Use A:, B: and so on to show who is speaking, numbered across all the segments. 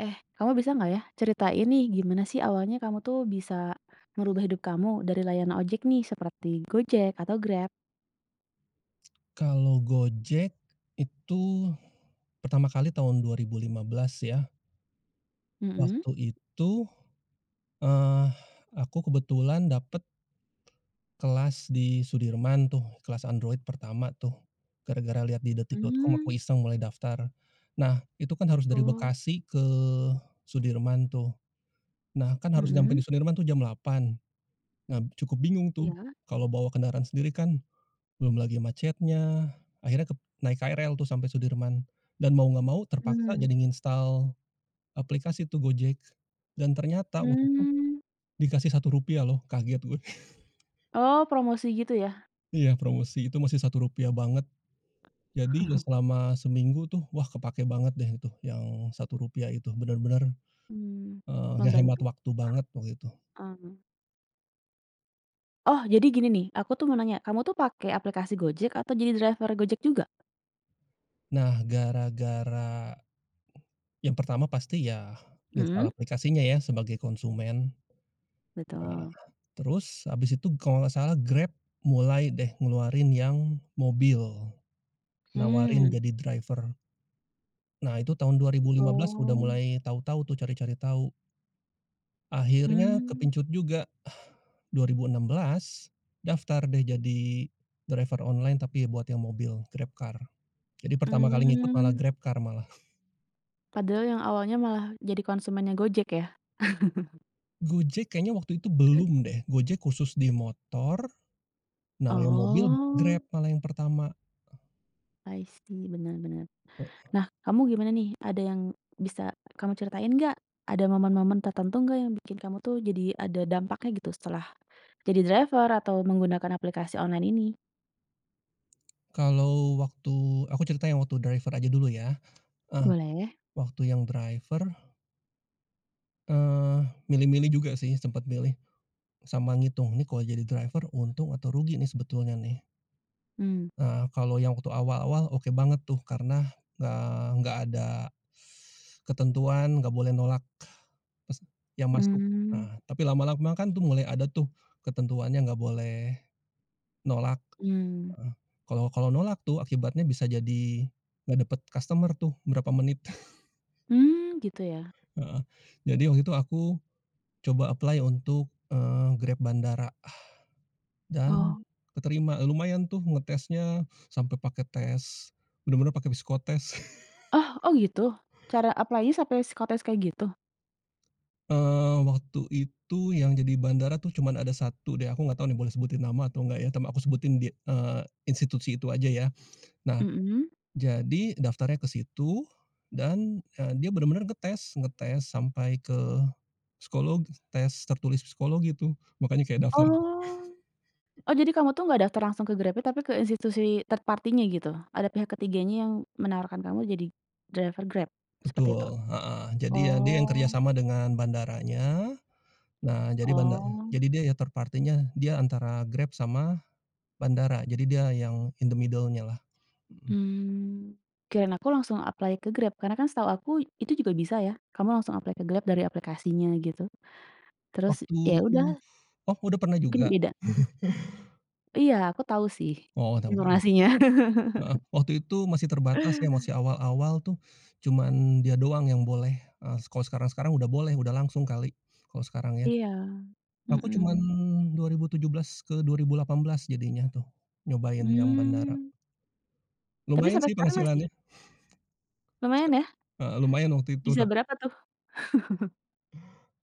A: Eh, kamu bisa nggak ya ceritain nih gimana sih awalnya kamu tuh bisa merubah hidup kamu dari layanan ojek nih seperti Gojek atau Grab?
B: Kalau Gojek itu pertama kali tahun 2015 ya.
A: Mhm.
B: Waktu itu, eee, aku kebetulan dapet kelas di Sudirman tuh, kelas Android pertama tuh. Gara-gara lihat di detik.com
A: Mmm,
B: aku iseng mulai daftar. Nah, itu kan harus dari
A: oh.
B: Bekasi ke Sudirman tuh. Nah, kan harus nyampe
A: Mhm.
B: di Sudirman tuh jam 8. Nah, cukup bingung tuh,
A: Iya.
B: kalau bawa kendaraan sendiri kan, belum lagi macetnya, akhirnya naik KRL tuh sampai Sudirman, dan mau nggak mau terpaksa
A: Mmm,
B: jadi nginstal aplikasi tuh Gojek, dan ternyata waktu itu
A: mmm.
B: dikasih Rp1 loh, kaget gue.
A: Oh, promosi gitu ya?
B: Iya promosi, itu masih Rp1 banget, jadi ya selama seminggu tuh, wah kepake banget deh itu yang Rp1 itu, benar-benar,
A: Mmm, membantu,
B: ngehemat waktu banget waktu itu.
A: heeh. Oh, jadi gini nih, aku tuh mau nanya, kamu tuh pakai aplikasi Gojek atau jadi driver Gojek juga?
B: Nah, gara-gara yang pertama pasti ya
A: Mhm,
B: install aplikasinya ya sebagai konsumen, nah,
A: betul.
B: terus habis itu kalau nggak salah Grab mulai deh ngeluarin yang mobil, nawarin
A: Mmm.
B: jadi driver. Nah itu tahun 2015 udah
A: Oh.
B: mulai tahu-tahu tuh cari-cari tahu. Akhirnya
A: Mmm,
B: kepincut juga, 2016 daftar deh jadi driver online tapi buat yang mobil, GrabCar. Jadi pertama kali ngikut malah
A: mmm.
B: GrabCar malah.
A: Padahal yang awalnya malah jadi konsumennya Gojek ya?
B: Gojek kayaknya waktu itu belum deh, Gojek khusus di motor, nah yang mobil
A: Oh,
B: Grab malah yang pertama.
A: I see, benar-benar. Nah, kamu gimana nih? Ada yang bisa kamu ceritain nggak? Ada momen-momen tertentu nggak yang bikin kamu tuh jadi ada dampaknya gitu setelah jadi driver atau menggunakan aplikasi online ini?
B: Kalau waktu aku cerita yang waktu driver aja dulu ya. Eh,
A: Boleh.
B: waktu yang driver, eee, milih-milih juga sih, sempat milih, sama ngitung, nih kalau jadi driver untung atau rugi nih sebetulnya nih?
A: Hmm,
B: Kalau yang waktu awal-awal oke banget tuh karena, nggak ada ketentuan, nggak boleh nolak pes yang masuk.
A: hmm,
B: Nah, tapi lama-lama kan tuh mulai ada tuh ketentuannya, nggak boleh nolak,
A: hmm,
B: heeh. Kalau kalau nolak tuh akibatnya bisa jadi nggak dapet customer tuh berapa menit,
A: mmm, gitu ya?
B: heeh. Jadi waktu itu aku coba apply untuk, Grab bandara dan
A: Oh.
B: keterima, lumayan tuh ngetesnya sampai pakai tes bener-bener pakai psikotes.
A: Oh oh gitu? Cara apply-nya sampai psikotes kayak gitu?
B: Waktu itu yang jadi bandara tuh cuman ada satu deh, aku nggak tahu nih boleh sebutin nama atau enggak ya, tapi aku sebutin di institusi itu aja ya. Nah,
A: Mhm.
B: jadi daftarnya ke situ dan, dia bener-bener ngetes, ngetes sampai ke psikolog tes tertulis psikologi tuh, makanya kayak daftar.
A: Oh. Oh, jadi kamu tuh nggak daftar langsung ke GrabFood tapi ke institusi third party-nya gitu? Ada pihak ketiganya yang menawarkan kamu jadi driver Grab, seperti itu?
B: Betul, heeh. Jadi ya dia yang
A: Oh
B: kerjasama dengan bandaranya. Nah, jadi
A: oh,
B: jadi dia ya third party-nya dia antara Grab sama bandara. Jadi dia yang in the middle-nya lah, mhm.
A: mmm, kirain aku langsung apply ke Grab karena kan setahu aku itu juga bisa ya, kamu langsung apply ke Grab dari aplikasinya gitu. Terus
B: Waktu
A: ya udah
B: oh udah pernah
A: mungkin
B: juga?
A: beda iya, aku tahu sih
B: Oh tahu ya,
A: informasinya.
B: heeh. Waktu itu masih terbatas ya, masih awal-awal tuh cuman dia doang yang boleh, kalau sekarang-sekarang udah boleh, udah langsung kali kalau sekarang ya.
A: Iya,
B: Aku cuman
A: mhm,
B: 2017 ke 2018 jadinya tuh nyobain yang
A: mmm,
B: bandara.
A: tapi
B: Lumayan
A: sampai
B: sih
A: sekarang masih?
B: penghasilannya.
A: Lumayan ya?
B: Lumayan waktu itu
A: Bisa
B: tapi
A: berapa tuh?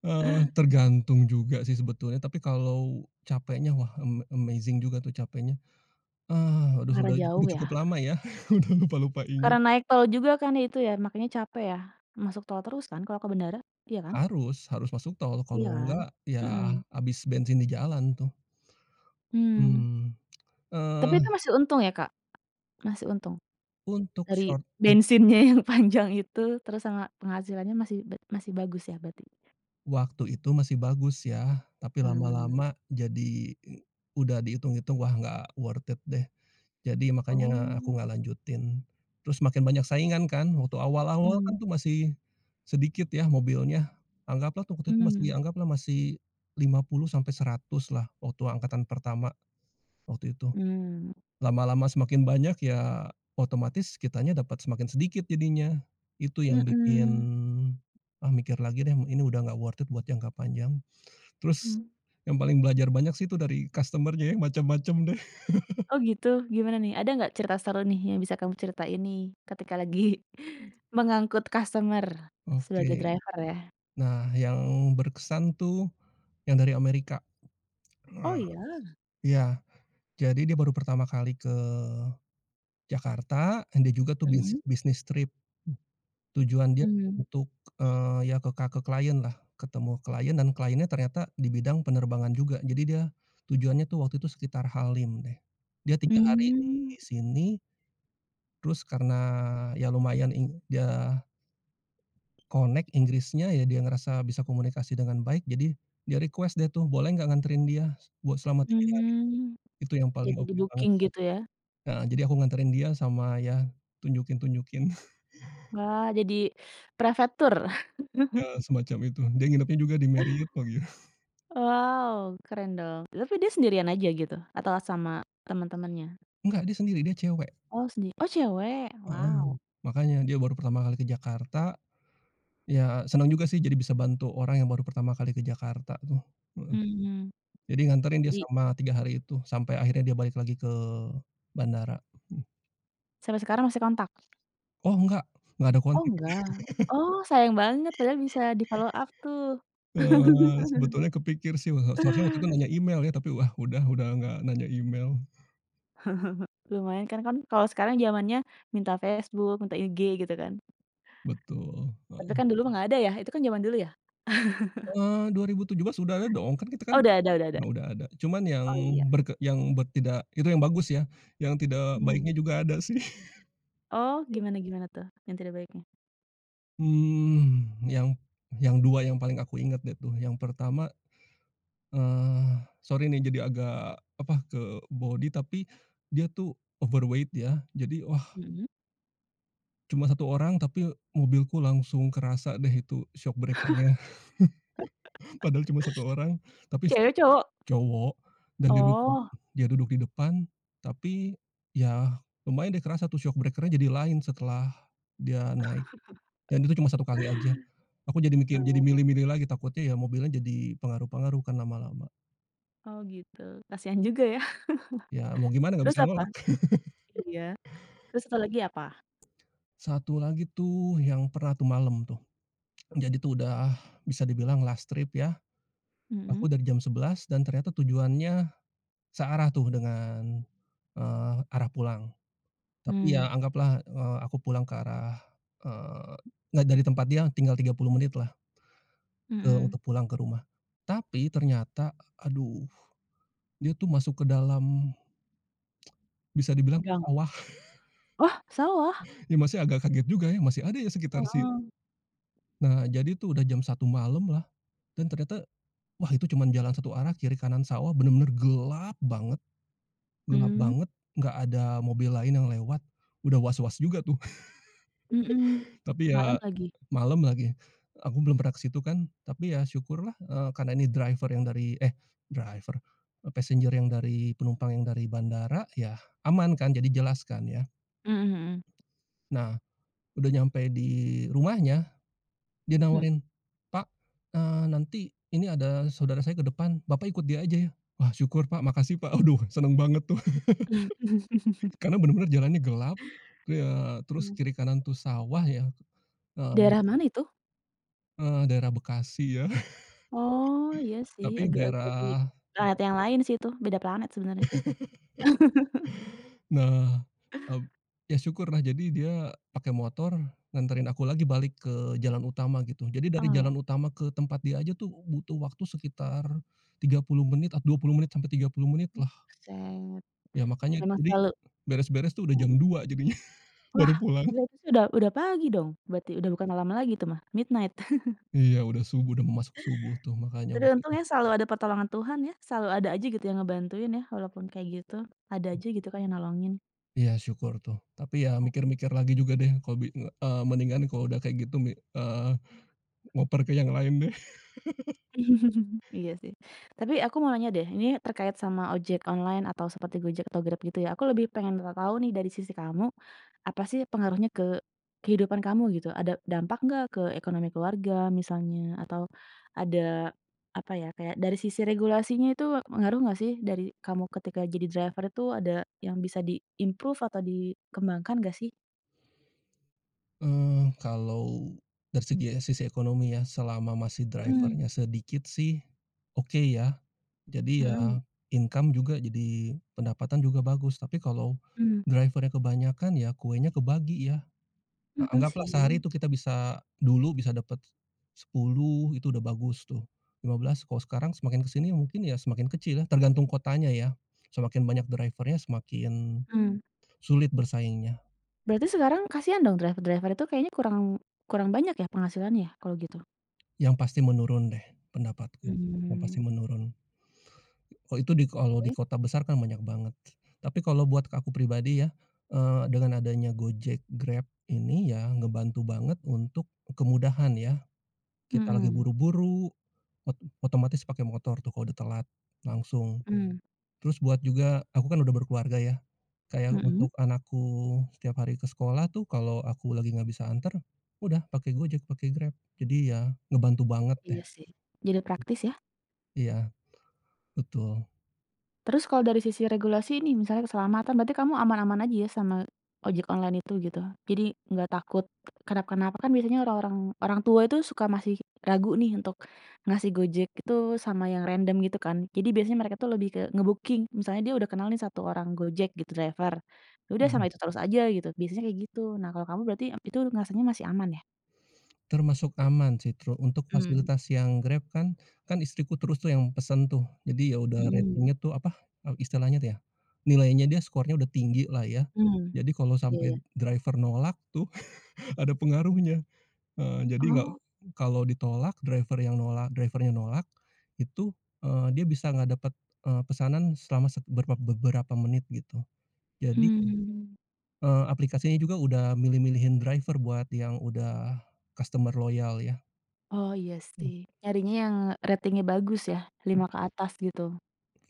B: tergantung juga sih sebetulnya, tapi kalau capeknya wah amazing juga tuh capeknya. Ah, aduh
A: Marah jauh
B: udah
A: ya?
B: cukup lama ya, udah lupa-lupa
A: Karena
B: inget.
A: naik tol juga kan itu ya, makanya capek ya? Masuk tol terus kan kalau ke bandara? Iya kan?
B: Harus harus masuk tol,
A: Iya
B: kalau
A: kan?
B: enggak ya
A: Mhm.
B: habis bensin di jalan tuh.
A: Mmm,
B: Hmm,
A: tapi itu
B: eee,
A: masih untung ya, Kak? Masih untung?
B: untuk
A: Dari
B: short u
A: bensinnya yang panjang itu, terus sama penghasilannya masih bagus ya berarti?
B: waktu itu masih bagus ya, tapi
A: Mmm.
B: lama-lama jadi udah dihitung-hitung wah nggak worth it deh. Jadi makanya aku
A: Oh.
B: nggak lanjutin. Terus makin banyak saingan kan, waktu awal-awal
A: Mmm.
B: kan tuh masih sedikit ya mobilnya, anggaplah tuh waktu itu masih
A: Mmm.
B: anggaplah masih 50 sampai 100 lah waktu angkatan pertama waktu itu.
A: Mmm.
B: Lama-lama semakin banyak ya otomatis kitanya dapat semakin sedikit jadinya. Itu yang bikin,
A: Mhm.
B: ah, mikir lagi deh ini udah nggak worth it buat jangka panjang. Terus
A: Mmm.
B: yang paling belajar banyak sih itu dari customer-nya ya macam-macam deh.
A: Oh gitu? Gimana nih? Ada nggak cerita seru nih yang bisa kamu ceritain nih ketika lagi mengangkut customer sebagai
B: Oke.
A: driver ya?
B: Nah, yang berkesan tuh yang dari Amerika,
A: Oh
B: eee,
A: ya?
B: iya. Jadi dia baru pertama kali ke Jakarta, dia juga tuh
A: Mhm.
B: bisnis trip. Tujuan dia
A: Mmm,
B: untuk, ya ke klien lah ketemu klien dan kliennya ternyata di bidang penerbangan juga. Jadi dia tujuannya tuh waktu itu sekitar Halim deh. Dia 3 hari
A: mmm
B: di sini, terus karena ya lumayan dia connect Inggrisnya ya, dia ngerasa bisa komunikasi dengan baik, jadi dia request deh tuh, "Boleh nggak nganterin dia buat selama 3 hari?"
A: mmm,
B: Itu yang paling
A: jadi
B: oke banget.
A: di-booking gitu ya?
B: Heeh, jadi aku nganterin dia sama ya tunjukin-tunjukin
A: Wah, jadi prefektur.
B: ya semacam itu. Dia nginepnya juga di Marriott lagi.
A: Wow, keren dong. Tapi dia sendirian aja gitu? Atau sama teman-temannya?
B: Enggak, dia sendiri, dia cewek.
A: Oh sendi oh cewek? Wow,
B: Heeh, makanya dia baru pertama kali ke Jakarta, ya senang juga sih jadi bisa bantu orang yang baru pertama kali ke Jakarta tuh, heeh.
A: mhm.
B: Jadi nganterin dia
A: Jadi
B: selama 3 hari itu, sampai akhirnya dia balik lagi ke bandara. Mhm.
A: sampai sekarang masih kontak?
B: Oh enggak, nggak ada. kon
A: Oh enggak? Oh sayang banget, padahal bisa di-follow up tuh.
B: Eee, sebetulnya kepikir sih, wah seharusnya waktu itu nanya email ya, tapi wah udah nggak nanya email,
A: Lumayan kan kan kalau sekarang zamannya minta Facebook, minta IG gitu kan.
B: betul,
A: Tapi
B: heeh.
A: kan dulu mah nggak ada ya? Itu kan zaman dulu ya?
B: Eee, 2017 udah ada dong, kan kita kan
A: Oh udah ada udah ada?
B: nah udah ada, cuman yang
A: Oh iya,
B: berke yang ber tidak itu yang bagus ya, yang tidak
A: mmm.
B: baiknya juga ada sih.
A: Oh, gimana gimana tuh yang tidak baiknya?
B: Mmm, yang yang 2 yang paling aku ingat deh tuh, yang pertama, sorry nih jadi agak apa, ke body tapi dia tuh overweight ya, jadi wah
A: Mhm.
B: cuma satu orang, tapi mobilku langsung kerasa deh itu shock breaker-nya. Padahal cuma satu orang, tapi
A: Cewek, cowok?
B: cowok dan dia duduk
A: Oh,
B: dia duduk di depan, tapi ya lumayan deh kerasa tuh shock breaker-nya jadi lain setelah dia naik dan itu cuma satu kali aja. Aku jadi mikir jadi
A: eee,
B: milih-milih lagi, takutnya ya mobilnya jadi pengaruh-pengaruh kan lama-lama.
A: oh gitu, kasihan juga ya.
B: Ya mau gimana nggak
A: Terus
B: bisa
A: apa?
B: nolak.
A: Iya, terus satu lagi apa?
B: Satu lagi tuh yang pernah tuh malam tuh. Jadi tuh udah bisa dibilang last trip ya,
A: Mhm.
B: aku dari jam 11 dan ternyata tujuannya searah tuh dengan, arah pulang. Tapi ya
A: Mmm,
B: anggaplah, aku pulang ke arah, eee, nggak dari tempat dia tinggal 30 menitlah ke
A: mhm.
B: untuk pulang ke rumah. Tapi ternyata, aduh, dia tuh masuk ke dalam bisa dibilang
A: Gang
B: sawah,
A: oh, sawah?
B: ya masih agak kaget juga ya, masih ada ya sekitar
A: Heeh.
B: nah jadi tuh udah jam 1 malam lah dan ternyata, wah itu cuman jalan satu arah kiri kanan sawah bener-bener gelap
A: Mmm,
B: banget, nggak ada mobil lain yang lewat, udah was-was juga tuh.
A: mhm.
B: Tapi
A: Malam
B: ya
A: lagi?
B: malam lagi. Aku belum pernah ke situ kan, tapi ya syukurlah, karena ini driver yang dari eh, driver, passenger yang dari penumpang yang dari bandara, ya aman kan, jadi jelas kan ya.
A: Mhm mhm,
B: Nah, udah nyampe di rumahnya, dia
A: mhm.
B: nawarin,
A: Mmm.
B: "Pak, nanti ini ada saudara saya ke depan, Bapak ikut dia aja ya?" Wah syukur Pak, makasih Pak. Aduh seneng banget tuh, karena bener-bener jalannya gelap, terus kiri kanan tuh sawah ya, eee
A: Daerah mana itu?
B: eee, daerah Bekasi ya.
A: Oh, iya sih,
B: Tapi
A: agak-agak di planet yang lain sih itu, beda planet sebenarnya.
B: nah, mmm, ya syukurlah jadi dia pakai motor nganterin aku lagi balik ke jalan utama gitu. Jadi dari
A: Oh,
B: jalan utama ke tempat dia aja tuh butuh waktu sekitar 30 menit, 20 menit sampai 30 menit lah.
A: buset.
B: Ya makanya
A: Memang
B: jadi
A: selalu
B: beres-beres tuh udah
A: mhm.
B: jam 2 jadinya
A: Wah,
B: baru pulang.
A: gila itu sih udah pagi dong, berarti udah bukan malam lagi tuh mah, midnight.
B: Iya udah subuh, udah mau masuk subuh tuh makanya
A: Tapi
B: waktu itu.
A: untungnya selalu ada pertolongan Tuhan ya, selalu ada aja gitu yang ngebantuin ya, walaupun kayak gitu, ada aja gitu kan yang nolongin.
B: Iya syukur tuh. Tapi ya mikir-mikir lagi juga deh kalau mendingan kalau udah kayak gitu ngoper ke yang lain deh.
A: Iya sih. Tapi aku mau nanya deh, ini terkait sama ojek online atau seperti Gojek atau Grab gitu ya. Aku lebih pengen tahu nih dari sisi kamu, apa sih pengaruhnya ke kehidupan kamu gitu? Ada dampak nggak ke ekonomi keluarga misalnya? Atau ada apa ya kayak dari sisi regulasinya itu pengaruh nggak sih dari kamu ketika jadi driver itu ada yang bisa diimprove atau dikembangkan nggak sih?
B: Kalau dari segi eh, sisi ekonomi ya, selama masih
A: Mhm,
B: driver-nya sedikit sih, oke ya. Jadi
A: mhm,
B: ya
A: mhm,
B: income juga jadi pendapatan juga bagus. Tapi kalau driver-nya kebanyakan ya kuenya kebagi ya.
A: mmm,
B: Nah,
A: mhm
B: anggaplah sehari
A: sih.
B: itu kita bisa dulu bisa dapat 10 itu udah bagus tuh, 15. Kalau sekarang semakin ke sini mungkin ya semakin kecil ya, tergantung kotanya ya. Semakin banyak driver-nya semakin
A: Mmm.
B: sulit bersaingnya.
A: Berarti sekarang kasihan dong driver-driver itu kayaknya kurang kurang banyak ya penghasilannya ya kalau gitu?
B: Yang pasti menurun deh pendapatku, yang pasti
A: Mmm,
B: menurun. Oh itu di kalau di
A: oke.
B: kota besar kan banyak banget. Tapi kalau buat aku pribadi ya, dengan adanya Gojek, Grab ini ya ngebantu banget untuk kemudahan ya.
A: Mhm,
B: Kita
A: mmm,
B: lagi
A: mhm.
B: buru-buru, ot otomatis pakai motor tuh kalau udah telat, langsung.
A: Nah.
B: Terus buat juga aku kan udah berkeluarga ya, kayak
A: Mhm.
B: untuk anakku setiap hari ke sekolah tuh kalau aku lagi nggak bisa anter, udah pakai Gojek, pakai Grab. Jadi ya ngebantu banget deh.
A: Iya sih, jadi praktis ya.
B: Iya, betul.
A: Terus kalau dari sisi regulasi ini misalnya keselamatan berarti kamu aman-aman aja ya sama ojek online itu gitu? Jadi nggak takut kenapa-kenapa kan biasanya orang tua itu suka masih ragu nih untuk ngasih Gojek itu sama yang random gitu kan. Jadi biasanya mereka tuh lebih ke ngebooking misalnya dia udah kenal nih 1 orang Gojek gitu driver, ya udah sama
B: Mhm.
A: itu terus aja gitu, biasanya kayak gitu. Nah kalau kamu berarti itu ngerasanya masih aman ya?
B: Termasuk aman sih untuk
A: Mmm,
B: fasilitas yang Grab kan, kan istriku terus tuh yang pesen tuh. Jadi ya udah
A: mhm,
B: ratingnya tuh apa, istilahnya tuh ya, nilainya dia skornya udah tinggi lah ya.
A: mmm,
B: Jadi kalau
A: iya
B: sampai
A: iya.
B: driver nolak tuh ada pengaruhnya. Heeh, jadi nggak
A: Oh,
B: kalau ditolak driver yang nolak drivernya nolak, itu, dia bisa nggak dapat, pesanan selama sek berpa beberapa menit gitu. Jadi,
A: mmm.
B: aplikasinya juga udah milih-milihin driver buat yang udah customer loyal ya.
A: Oh, iya sih. Nyarinya yang ratingnya bagus ya, 5 ke atas gitu?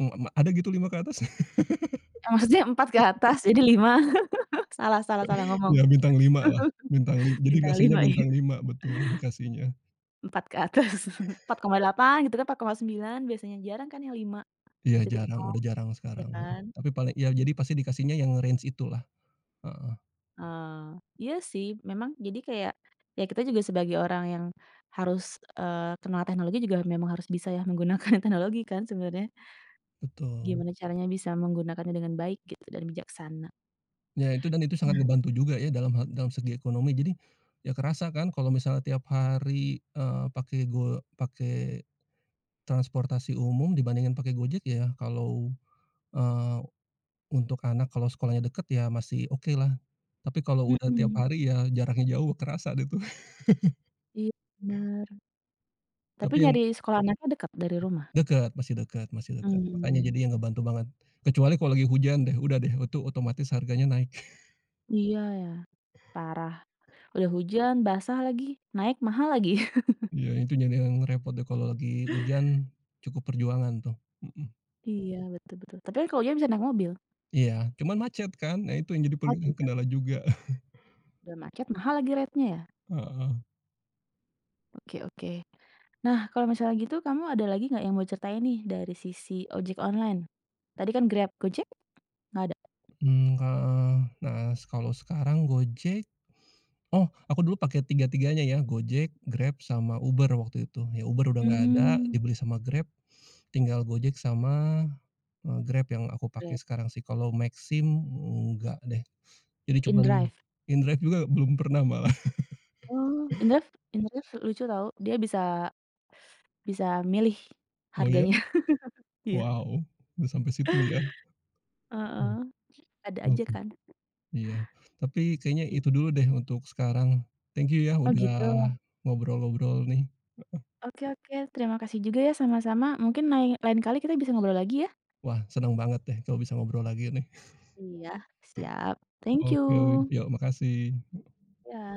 B: Mmm, ma Ada gitu 5 ke atas?
A: Eh, maksudnya 4 ke atas jadi 5. Salah salah salah ngomong.
B: Ya bintang 5 lah, bintang lim jadi
A: Bintang
B: dikasihnya
A: 5 iya,
B: bintang 5 betul dikasihnya.
A: 4 ke atas. 4,8 gitu kan, 4,9 biasanya, jarang kan yang
B: Iya jarang,
A: 5,0
B: udah jarang
A: ya
B: sekarang, mhm,
A: kan?
B: tapi paling ya jadi pasti dikasihnya yang range itulah, heeh,
A: Iya sih memang jadi kayak, ya kita juga sebagai orang yang harus, kenal teknologi juga memang harus bisa ya menggunakan teknologi kan sebenarnya.
B: betul.
A: Gimana caranya bisa menggunakannya dengan baik gitu dan bijaksana.
B: Ya itu dan itu sangat
A: Nah
B: ngebantu juga ya dalam hal dalam segi ekonomi jadi, ya kerasa kan kalau misalnya tiap hari, pakai transportasi umum dibandingin pakai Gojek ya kalau, eee, untuk anak kalau sekolahnya deket ya masih okelah, tapi kalau udah tiap
A: mhm,
B: hari ya jaraknya jauh kerasa deh tuh.
A: iya bener. Tapi
B: Tapi yang
A: nyari sekolah anaknya dekat dari rumah?
B: dekat masih deket, makanya
A: Mmm,
B: jadinya ngebantu banget. Kecuali kalau lagi hujan deh, udah deh itu otomatis harganya naik.
A: iya ya, parah. Udah hujan, basah lagi, naik mahal lagi.
B: Iya, itu jadi yang repot deh kalau lagi hujan, cukup perjuangan tuh, mhm.
A: Iya, betul betul. Tapi kan kalau hujan bisa naik mobil?
B: Iya, cuman macet kan, nah itu yang jadi
A: Oh bener,
B: kendala juga,
A: udah macet mahal lagi rate-nya ya?
B: heeh.
A: Oke oke. Nah, kalau misalnya gitu kamu ada lagi nggak yang mau ceritain nih dari sisi ojek online? Tadi kan Grab, Gojek nggak ada?
B: Heeh, nah kalau sekarang oh aku dulu pakai tiga-tiganya ya, Gojek, Grab, sama Uber waktu itu. Ya Uber udah nggak ada,
A: Mmm,
B: dibeli sama Grab. Tinggal Gojek sama, Grab yang aku
A: Grab,
B: pakai sekarang sih, kalau Maxim enggak deh, jadi cuman
A: inDrive.
B: inDrive juga belum pernah malah.
A: Oh, inDrive inDrive lucu tahu, dia bisa bisa milih
B: Oh ya?
A: harganya. Iya.
B: Wow, udah sampai situ ya?
A: Heeh,
B: Mmm,
A: ada aja
B: oke.
A: kan?
B: Iya, tapi kayaknya
A: Git
B: itu dulu deh untuk sekarang. Thank you ya
A: Oh
B: udah
A: gitu.
B: ngobrol-ngobrol nih.
A: Oke oke, terima kasih juga ya sama-sama. Mungkin lain kali kita bisa ngobrol lagi ya.
B: Wah, senang banget deh kalau bisa ngobrol lagi nih.
A: Iya, siap. Thank you.
B: Oke, yuk makasih.
A: Ya.